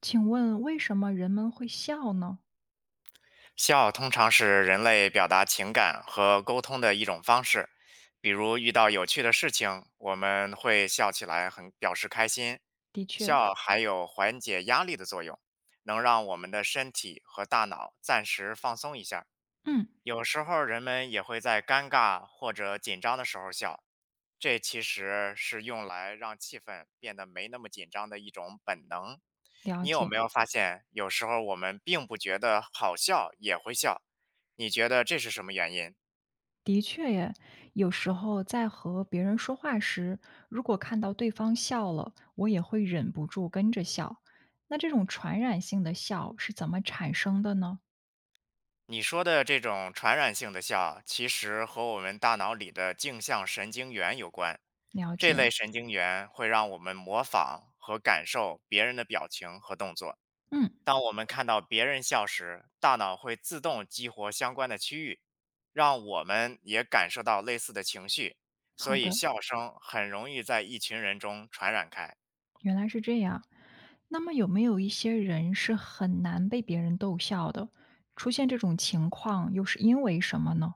请问为什么人们会笑呢？笑通常是人类表达情感和沟通的一种方式，比如遇到有趣的事情，我们会笑起来，很表示开心。的确，笑还有缓解压力的作用，能让我们的身体和大脑暂时放松一下。嗯，有时候人们也会在尴尬或者紧张的时候笑，这其实是用来让气氛变得没那么紧张的一种本能。了你有解。没有发现，有时候我们并不觉得好笑也会笑？你觉得这是什么原因？的确耶，有时候在和别人说话时，如果看到对方笑了，我也会忍不住跟着笑。那这种传染性的笑是怎么产生的呢？你说的这种传染性的笑，其实和我们大脑里的镜像神经元有关。了这解。类神经元会让我们模仿和感受别人的表情和动作。嗯，当我们看到别人笑时，大脑会自动激活相关的区域，让我们也感受到类似的情绪，所好以的，笑声很容易在一群人中传染开。原来是这样。那么有没有一些人是很难被别人逗笑的？出现这种情况又是因为什么呢？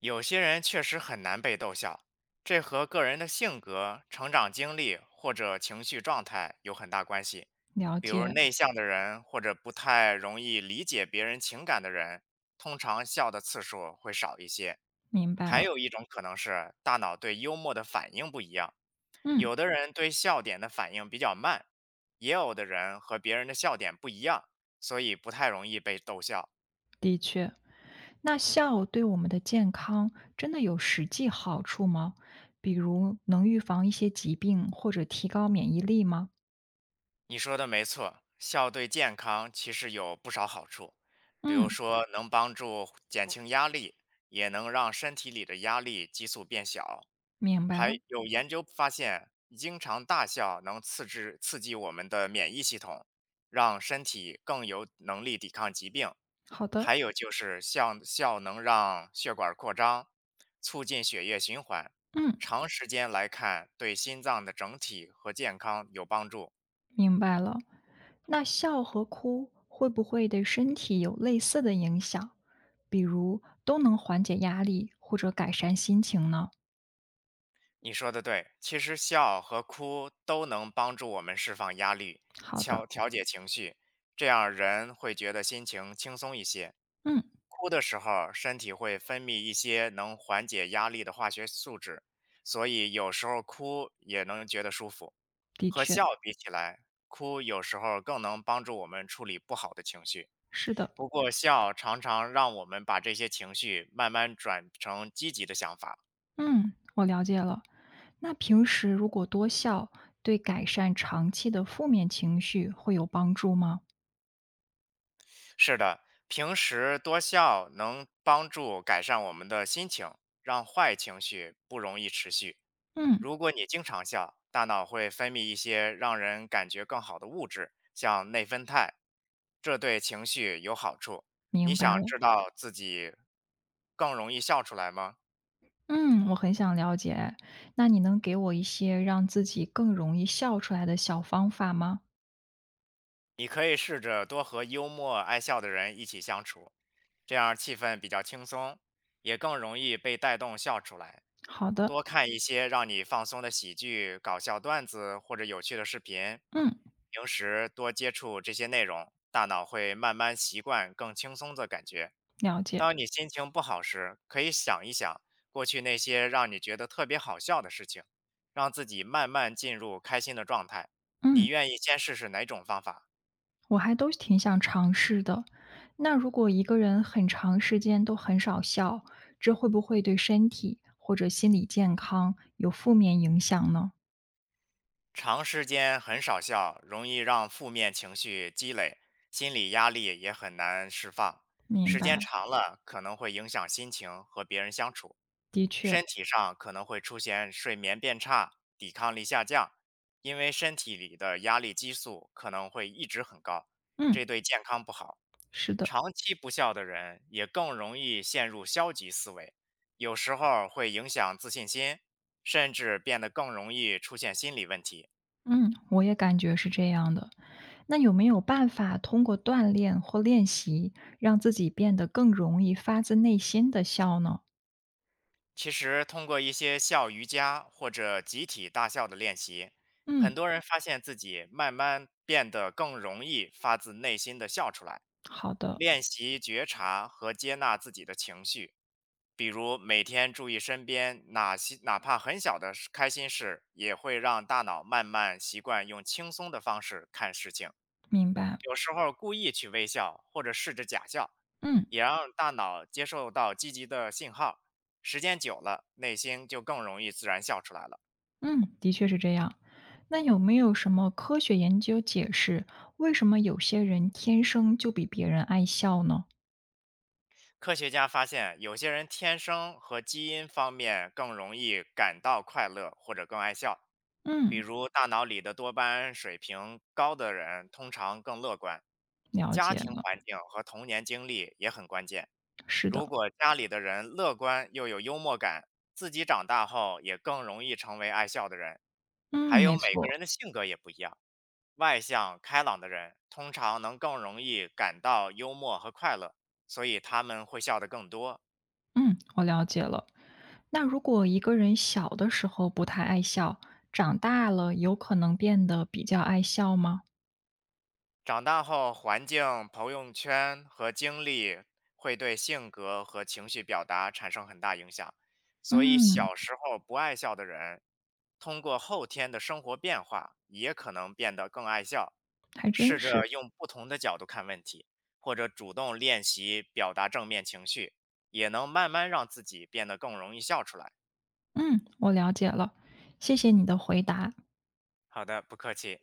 有些人确实很难被逗笑，这和个人的性格、成长经历或者情绪状态有很大关系。了比如解，内向的人或者不太容易理解别人情感的人，通常笑的次数会少一些。明白还了。有一种可能是大脑对幽默的反应不一样，嗯。有的人对笑点的反应比较慢，也有的人和别人的笑点不一样，所以不太容易被逗笑。那笑对我们的健康真的有实际好处吗？比如能预防一些疾病或者提高免疫力吗？你说的没错，笑对健康其实有不少好处，比如嗯，说能帮助减轻压力，也能让身体里的压力激素变小。明白还了。有研究发现，经常大笑能刺激我们的免疫系统，让身体更有能力抵抗疾病。好的，还有就是笑笑能让血管扩张，促进血液循环，嗯，长时间来看对心脏的整体和健康有帮助。明白了。那笑和哭会不会对身体有类似的影响？比如都能缓解压力或者改善心情呢？你说的对，其实笑和哭都能帮助我们释放压力，好的，调节情绪，这样人会觉得心情轻松一些。嗯，哭的时候，身体会分泌一些能缓解压力的化学素质，所以有时候哭也能觉得舒服。的和确笑比起来，哭有时候更能帮助我们处理不好的情绪。是的，不过，笑常常让我们把这些情绪慢慢转成积极的想法。嗯，我了解了。那平时如果多笑，对改善长期的负面情绪会有帮助吗？是的，平时多笑能帮助改善我们的心情，让坏情绪不容易持续。嗯，如果你经常笑，大脑会分泌一些让人感觉更好的物质，像内啡肽，这对情绪有好处。你明白想了。知道自己更容易笑出来吗？嗯，我很想了解。那你能给我一些让自己更容易笑出来的小方法吗？你可以试着多和幽默爱笑的人一起相处，这样气氛比较轻松，也更容易被带动笑出来。好的，多看一些让你放松的喜剧、搞笑段子或者有趣的视频，嗯，平时多接触这些内容，大脑会慢慢习惯更轻松的感觉。了解。当你心情不好时，可以想一想过去那些让你觉得特别好笑的事情，让自己慢慢进入开心的状态。你嗯，愿意先试试哪种方法？我还都挺想尝试的。那如果一个人很长时间都很少笑，这会不会对身体或者心理健康有负面影响呢？长时间很少笑，容易让负面情绪积累，心理压力也很难释放。明时间白。长了，可能会影响心情和别人相处，身体上可能会出现睡眠变差、抵抗力下降，因为身体里的压力激素可能会一直很高，嗯，这对健康不好。是的。长期不笑的人也更容易陷入消极思维，有时候会影响自信心，甚至变得更容易出现心理问题。嗯，我也感觉是这样的。那有没有办法通过锻炼或练习，让自己变得更容易发自内心的笑呢？其实，通过一些笑瑜伽或者集体大笑的练习，嗯，很多人发现自己慢慢变得更容易发自内心的笑出来。好的，练习觉察和接纳自己的情绪，比如每天注意身边哪怕很小的事开心事，也会让大脑慢慢习惯用轻松的方式看事情。明白。有时候故意去微笑或者试着假笑，嗯也让大脑接受到积极的信号。时间久了，内心就更容易自然笑出来了。嗯，的确是这样。那有没有什么科学研究解释，为什么有些人天生就比别人爱笑呢？科学家发现，有些人天生和基因方面更容易感到快乐或者更爱笑，比嗯，如大脑里的多巴胺水平高的人通常更乐观。了家解庭了。环境和童年经历也很关键。是如的，果家里的人乐观又有幽默感，自己长大后也更容易成为爱笑的人。还嗯，有没每个错。人的性格也不一样，外向开朗的人通常能更容易感到幽默和快乐，所以他们会笑得更多。嗯，我了解了。那如果一个人小的时候不太爱笑，长大了有可能变得比较爱笑吗？长大后，环境、朋友圈和经历会对性格和情绪表达产生很大影响，所以嗯，小时候不爱笑的人，通过后天的生活变化，也可能变得更爱笑。还真试是。着用不同的角度看问题，或者主动练习表达正面情绪，也能慢慢让自己变得更容易笑出来。嗯，我了解了，谢谢你的回答。好的，不客气。